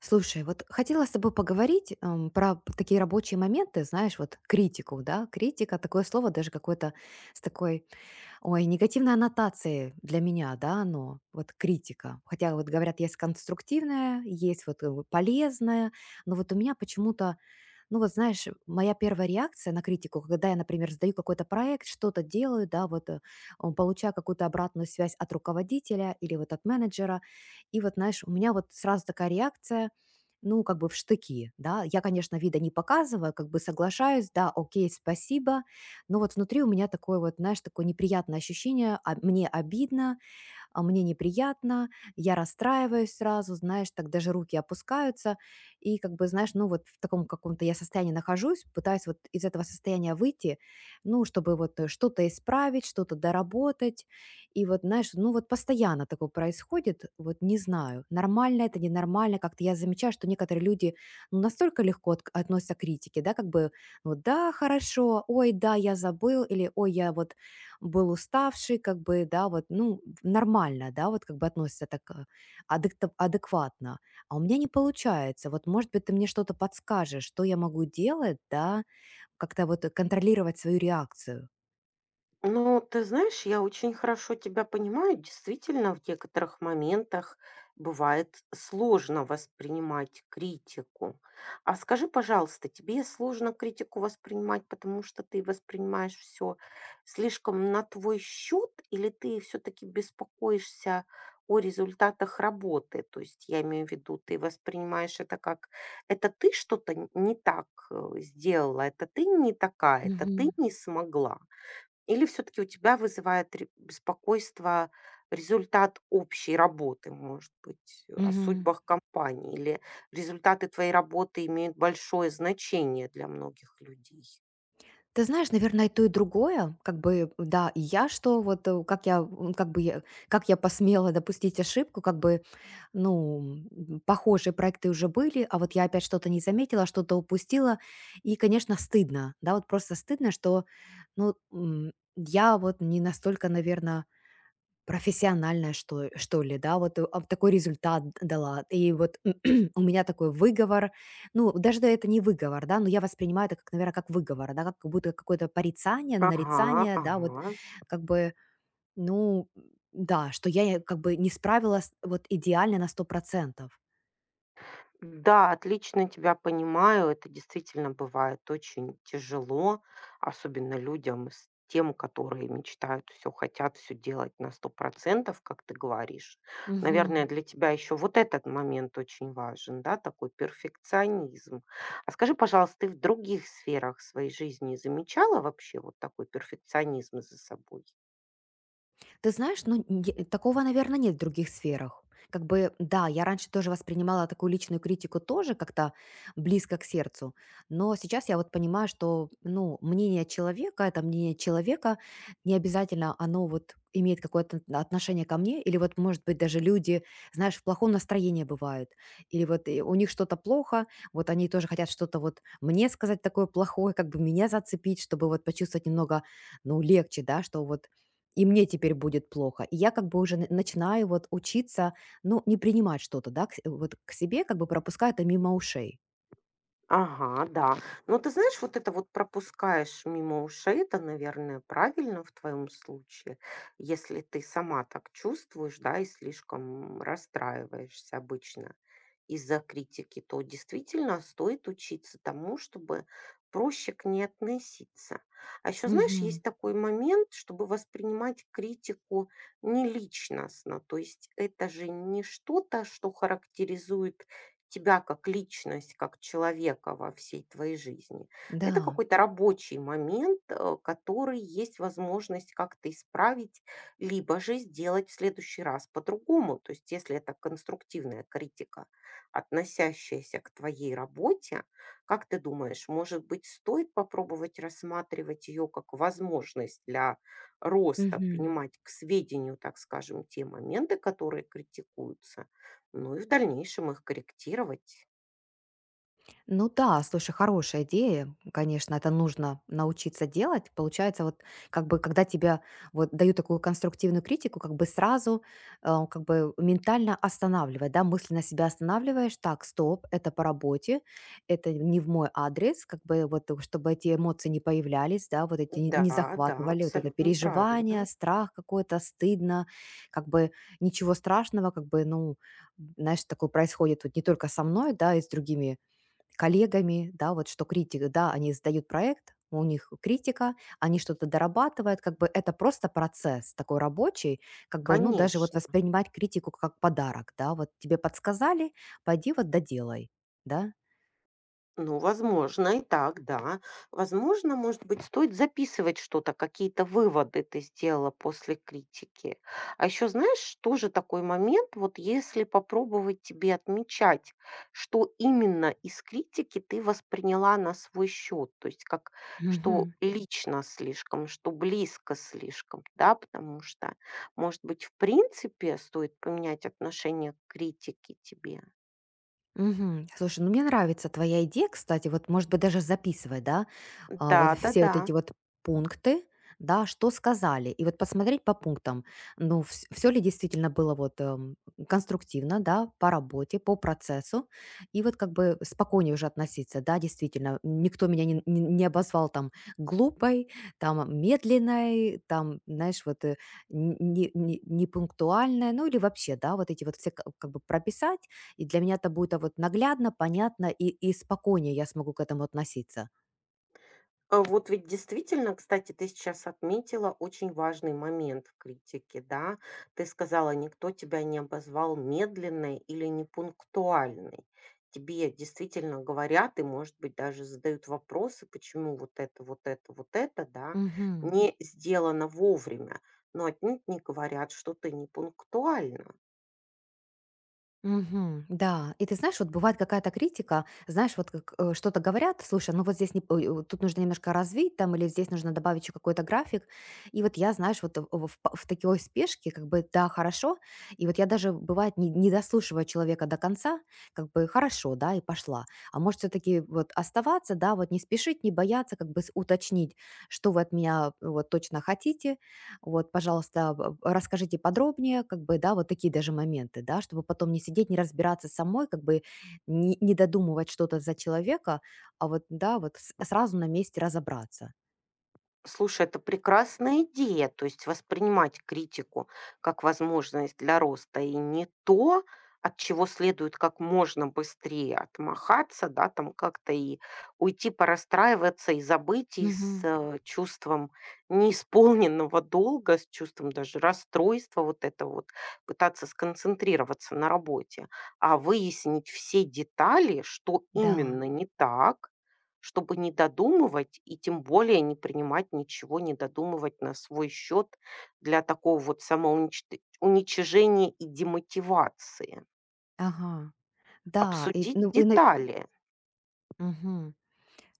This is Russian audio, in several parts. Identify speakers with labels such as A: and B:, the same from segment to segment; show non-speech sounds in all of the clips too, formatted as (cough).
A: Слушай, вот хотела с тобой поговорить про такие рабочие моменты, знаешь, вот критику, да, критика, такое слово даже какое-то с такой, ой, негативной аннотацией для меня, да, оно, вот критика. Хотя вот говорят, есть конструктивная, есть вот полезная, но вот у меня почему-то ну вот знаешь, моя первая реакция на критику, когда я, например, сдаю какой-то проект, что-то делаю, да, получаю какую-то обратную связь от руководителя или вот от менеджера. И вот, знаешь, у меня вот сразу такая реакция, ну, как бы в штыки, да, я, конечно, вида не показываю, как бы соглашаюсь, да, окей, спасибо, но вот внутри у меня такое вот, знаешь, такое неприятное ощущение, а мне обидно, а мне неприятно, я расстраиваюсь сразу, знаешь, так даже руки опускаются, и как бы, знаешь, ну вот в таком каком-то я состоянии нахожусь, пытаюсь вот из этого состояния выйти, ну, чтобы что-то исправить, что-то доработать. И вот, знаешь, ну вот постоянно такое происходит, вот не знаю, нормально это, ненормально. Как-то я замечаю, что некоторые люди ну, настолько легко относятся к критике, да, как бы, ну да, хорошо, ой, да, я забыл, или ой, я вот был уставший, как бы, да, вот, ну, нормально, да, вот как бы относится так адекватно. А у меня не получается. Вот, может быть, ты мне что-то подскажешь, что я могу делать, да, как-то вот контролировать свою реакцию.
B: Ну, ты знаешь, я очень хорошо тебя понимаю. Действительно, в некоторых моментах бывает сложно воспринимать критику. А скажи, пожалуйста, тебе сложно критику воспринимать, потому что ты воспринимаешь все слишком на твой счет, или ты все-таки беспокоишься о результатах работы? То есть я имею в виду, ты воспринимаешь это как это ты что-то не так сделала, это ты не такая, это ты
A: Мгм.
B: не смогла. Или все таки у тебя вызывает ре беспокойство результат общей работы, может быть, о
A: Мгм.
B: судьбах компании? Или результаты твоей работы имеют большое значение для многих людей?
A: Ты знаешь, наверное, и то, и другое. Как бы, да, и я что, как я, как бы я, как я посмела допустить ошибку, как бы, ну, похожие проекты уже были, а вот я опять что-то не заметила, что-то упустила. И, конечно, стыдно, да, вот просто стыдно, что, ну, я вот не настолько, наверное, профессиональное, что что ли, да, вот такой результат дала. И вот (clears throat) у меня такой выговор. Ну, даже да, это не выговор, да, но я воспринимаю это, как, наверное, как выговор, да, как будто какое-то порицание,
B: Ага,
A: нарицание, да, вот
B: ага.
A: как бы, ну да, что я как бы не справилась вот идеально на 100%.
B: Да, отлично тебя понимаю. Это действительно бывает очень тяжело, особенно людям с тем, которые мечтают, все хотят, все делать на 100%, как ты говоришь. Наверное, для тебя еще вот этот момент очень важен, да, такой перфекционизм. А скажи, пожалуйста, ты в других сферах своей жизни замечала вообще вот такой перфекционизм за собой?
A: Ты знаешь, ну, такого, наверное, нет в других сферах. Как бы, да, я раньше тоже воспринимала такую личную критику тоже как-то близко к сердцу, но сейчас я вот понимаю, что, ну, мнение человека, это мнение человека, не обязательно оно вот имеет какое-то отношение ко мне, или вот, может быть, даже люди, знаешь, в плохом настроении бывают, или у них что-то плохо, вот они тоже хотят что-то вот мне сказать такое плохое, как бы меня зацепить, чтобы вот почувствовать немного, ну, легче, да, что вот и мне теперь будет плохо. И я как бы уже начинаю вот учиться, ну, не принимать что-то, да, вот к себе, как бы пропуская это мимо ушей.
B: Ага, да. Но ты знаешь, вот это вот пропускаешь мимо ушей, это, наверное, правильно в твоем случае, если ты сама так чувствуешь, да, и слишком расстраиваешься обычно из-за критики, то действительно стоит учиться тому, чтобы проще к ней относиться. А еще, знаешь,
A: Мгм.
B: есть такой момент, чтобы воспринимать критику не личностно, то есть это же не что-то, что характеризует тебя как личность, как человека во всей твоей жизни. Это
A: Да.
B: какой-то рабочий момент, который есть возможность как-то исправить, либо же сделать в следующий раз по-другому. То есть если это конструктивная критика, относящаяся к твоей работе, как ты думаешь, может быть, стоит попробовать рассматривать ее как возможность для роста,
A: Мгм.
B: принимать к сведению, так скажем, те моменты, которые критикуются, ну и в дальнейшем их корректировать.
A: Ну да, слушай, хорошая идея. Конечно, это нужно научиться делать. Получается, вот как бы, когда тебя вот дают такую конструктивную критику, как бы сразу как бы ментально останавливать, да, мысленно себя останавливаешь, так, стоп, это по работе, это не в мой адрес, как бы чтобы эти эмоции не появлялись, да, вот эти не
B: Да, да,
A: захватывали, вот это
B: абсолютно
A: переживание,
B: правильно.
A: страх какой-то, стыдно, как бы ничего страшного, как бы, ну, знаешь, такое происходит вот не только со мной, да, и с другими коллегами, да, вот что критика, да, они сдают проект, у них критика, они что-то дорабатывают, как бы это просто процесс такой рабочий, как бы, ну, даже вот
B: Конечно.
A: воспринимать критику как подарок, да, вот тебе подсказали, пойди вот доделай, да.
B: Ну, возможно, и так, да. Возможно, может быть, стоит записывать что-то, какие-то выводы ты сделала после критики. А еще знаешь, тоже такой момент, вот если попробовать тебе отмечать, что именно из критики ты восприняла на свой счет, то есть как, что
A: Мгм.
B: лично слишком, что близко слишком, да, потому что, может быть, в принципе, стоит поменять отношение к критике тебе.
A: Мгм. Слушай, ну мне нравится твоя идея, кстати, вот, может быть, даже записывать, да,
B: Да,
A: вот
B: да,
A: все вот эти
B: да.
A: вот пункты, да, что сказали, и вот посмотреть по пунктам, ну, все ли действительно было конструктивно, да, по работе, по процессу, и вот как бы спокойнее уже относиться, да, действительно, никто меня не обозвал там глупой, там медленной, там, знаешь, не ну или вообще, да, вот эти вот все как бы прописать, и для меня это будет, вот наглядно, понятно и спокойнее я смогу к этому относиться.
B: А вот ведь действительно, кстати, ты сейчас отметила очень важный момент в критике, да. Ты сказала, никто тебя не обозвал медленной или непунктуальной. Тебе действительно говорят и, может быть, даже задают вопросы, почему вот это, вот это, вот это, да,
A: Мгм.
B: не сделано вовремя. Но отнюдь не говорят, что ты непунктуальна.
A: Мгм. Да, и ты знаешь, вот бывает какая-то критика, знаешь, вот как, что-то говорят, слушай, ну вот здесь не, ой, тут нужно немножко развить там, или здесь нужно добавить еще какой-то график. И вот я, знаешь, в такой спешке, как бы, да, хорошо, и вот я даже, бывает, не дослушиваю человека до конца, как бы, хорошо, да, и пошла. А может все-таки вот оставаться, да, вот не спешить, не бояться, как бы уточнить, что вы от меня вот точно хотите, вот, пожалуйста, расскажите подробнее, как бы, да, вот такие даже моменты, да, чтобы потом не сидеть, не разбираться самой, как бы не додумывать что-то за человека, а вот, да, вот сразу на месте разобраться.
B: Слушай, это прекрасная идея, то есть воспринимать критику как возможность для роста и не то, от чего следует как можно быстрее отмахаться, да, там как-то и уйти порастраиваться и забыть, и с
A: Мгм.
B: чувством неисполненного долга, с чувством даже расстройства вот это вот, пытаться сконцентрироваться на работе, а выяснить все детали, что
A: Да,
B: именно не так, чтобы не додумывать и тем более не принимать ничего, не додумывать на свой счет для такого вот самоуничт уничижения и демотивации.
A: ага, да, и,
B: Обсудить
A: ну, и на-
B: детали.
A: Мгм.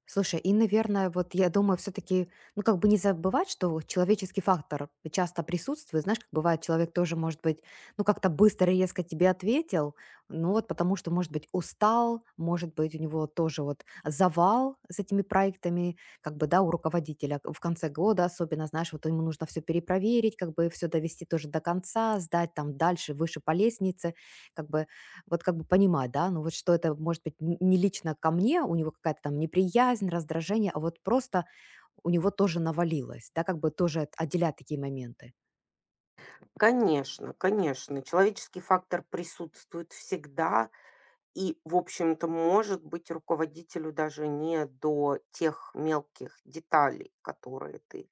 A: Слушай, и, наверное, вот я думаю, все-таки, ну, как бы не забывать, что вот человеческий фактор часто присутствует. Знаешь, как бывает, человек тоже, может быть, ну, как-то быстро и резко тебе ответил, ну, вот потому что, может быть, устал, может быть, у него тоже вот завал с этими проектами, как бы, да, у руководителя в конце года особенно, знаешь, вот ему нужно все перепроверить, как бы все довести тоже до конца, сдать там дальше, выше по лестнице, как бы вот как бы понимать, да, ну вот что это может быть не лично ко мне, у него какая-то там неприязнь, раздражение, а вот просто у него тоже навалилось, да, как бы тоже отделять такие моменты.
B: Конечно, конечно, человеческий фактор присутствует всегда и, в общем-то, может быть руководителю даже не до тех мелких деталей, которые ты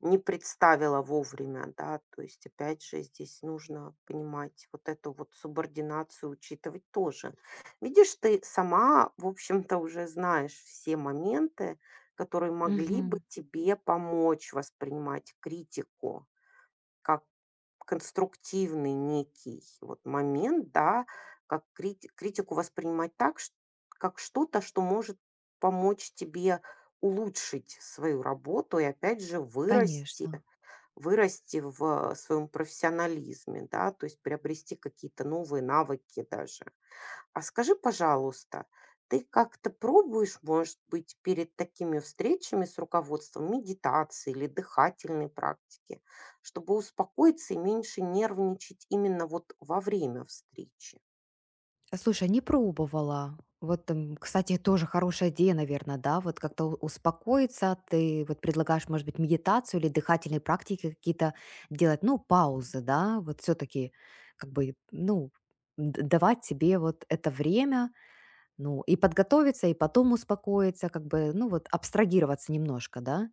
B: не представила вовремя, да. То есть, опять же, здесь нужно понимать вот эту вот субординацию, учитывать тоже. Видишь, ты сама, в общем-то, уже знаешь все моменты, которые могли бы
A: Мгм.
B: тебе помочь воспринимать критику как конструктивный некий вот момент, да, как критику воспринимать так, как что-то, что может помочь тебе улучшить свою работу и опять же вырасти.
A: Конечно.
B: Вырасти в своем профессионализме, да, то есть приобрести какие-то новые навыки даже. А скажи, пожалуйста, ты как-то пробуешь, может быть, перед такими встречами с руководством медитации или дыхательной практики, чтобы успокоиться и меньше нервничать именно вот во время встречи?
A: Слушай, не пробовала. Вот, кстати, тоже хорошая идея, наверное, да, вот как-то успокоиться, ты вот предлагаешь, может быть, медитацию или дыхательные практики какие-то делать, ну, паузы, да, вот все-таки как бы, ну, давать себе вот это время, ну, и подготовиться, и потом успокоиться, как бы, ну, вот абстрагироваться немножко, да?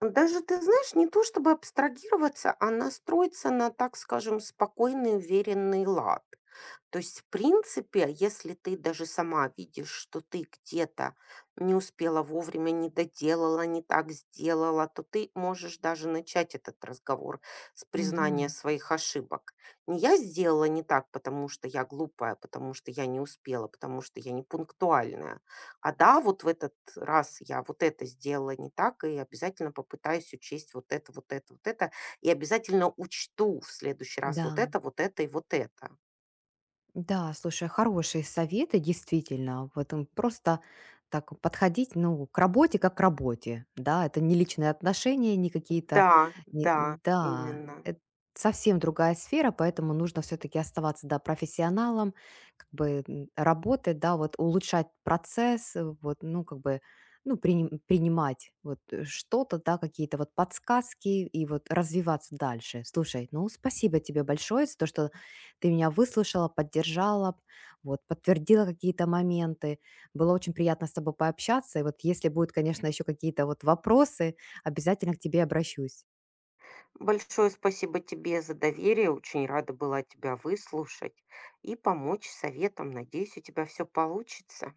B: Даже, ты знаешь, не то чтобы абстрагироваться, а настроиться на, так скажем, спокойный, уверенный лад. То есть, в принципе, если ты даже сама видишь, что ты где-то не успела вовремя, не доделала, не так сделала, то ты можешь даже начать этот разговор с признания
A: Мгм.
B: своих ошибок. Не я сделала не так, потому что я глупая, потому что я не успела, потому что я не пунктуальная. А да, вот в этот раз я вот это сделала не так, и обязательно попытаюсь учесть вот это, вот это, вот это, и обязательно учту в следующий раз
A: Да.
B: вот это и вот это.
A: Да, слушай, хорошие советы, действительно. Просто так подходить, ну, к работе как к работе, да, это не личные отношения, не какие-то,
B: Да,
A: не-
B: да,
A: да,
B: именно.
A: это совсем другая сфера, поэтому нужно все-таки оставаться, да, профессионалом, как бы работать, да, вот улучшать процесс, вот, ну, как бы, ну, принимать что-то, да, какие-то вот подсказки и вот развиваться дальше. Слушай, ну, спасибо тебе большое за то, что ты меня выслушала, поддержала, вот, подтвердила какие-то моменты. Было очень приятно с тобой пообщаться. И вот если будут, конечно, еще какие-то вот вопросы, обязательно к тебе обращусь.
B: Большое спасибо тебе за доверие. Очень рада была тебя выслушать и помочь советом. Надеюсь, у тебя все получится.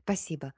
A: Спасибо.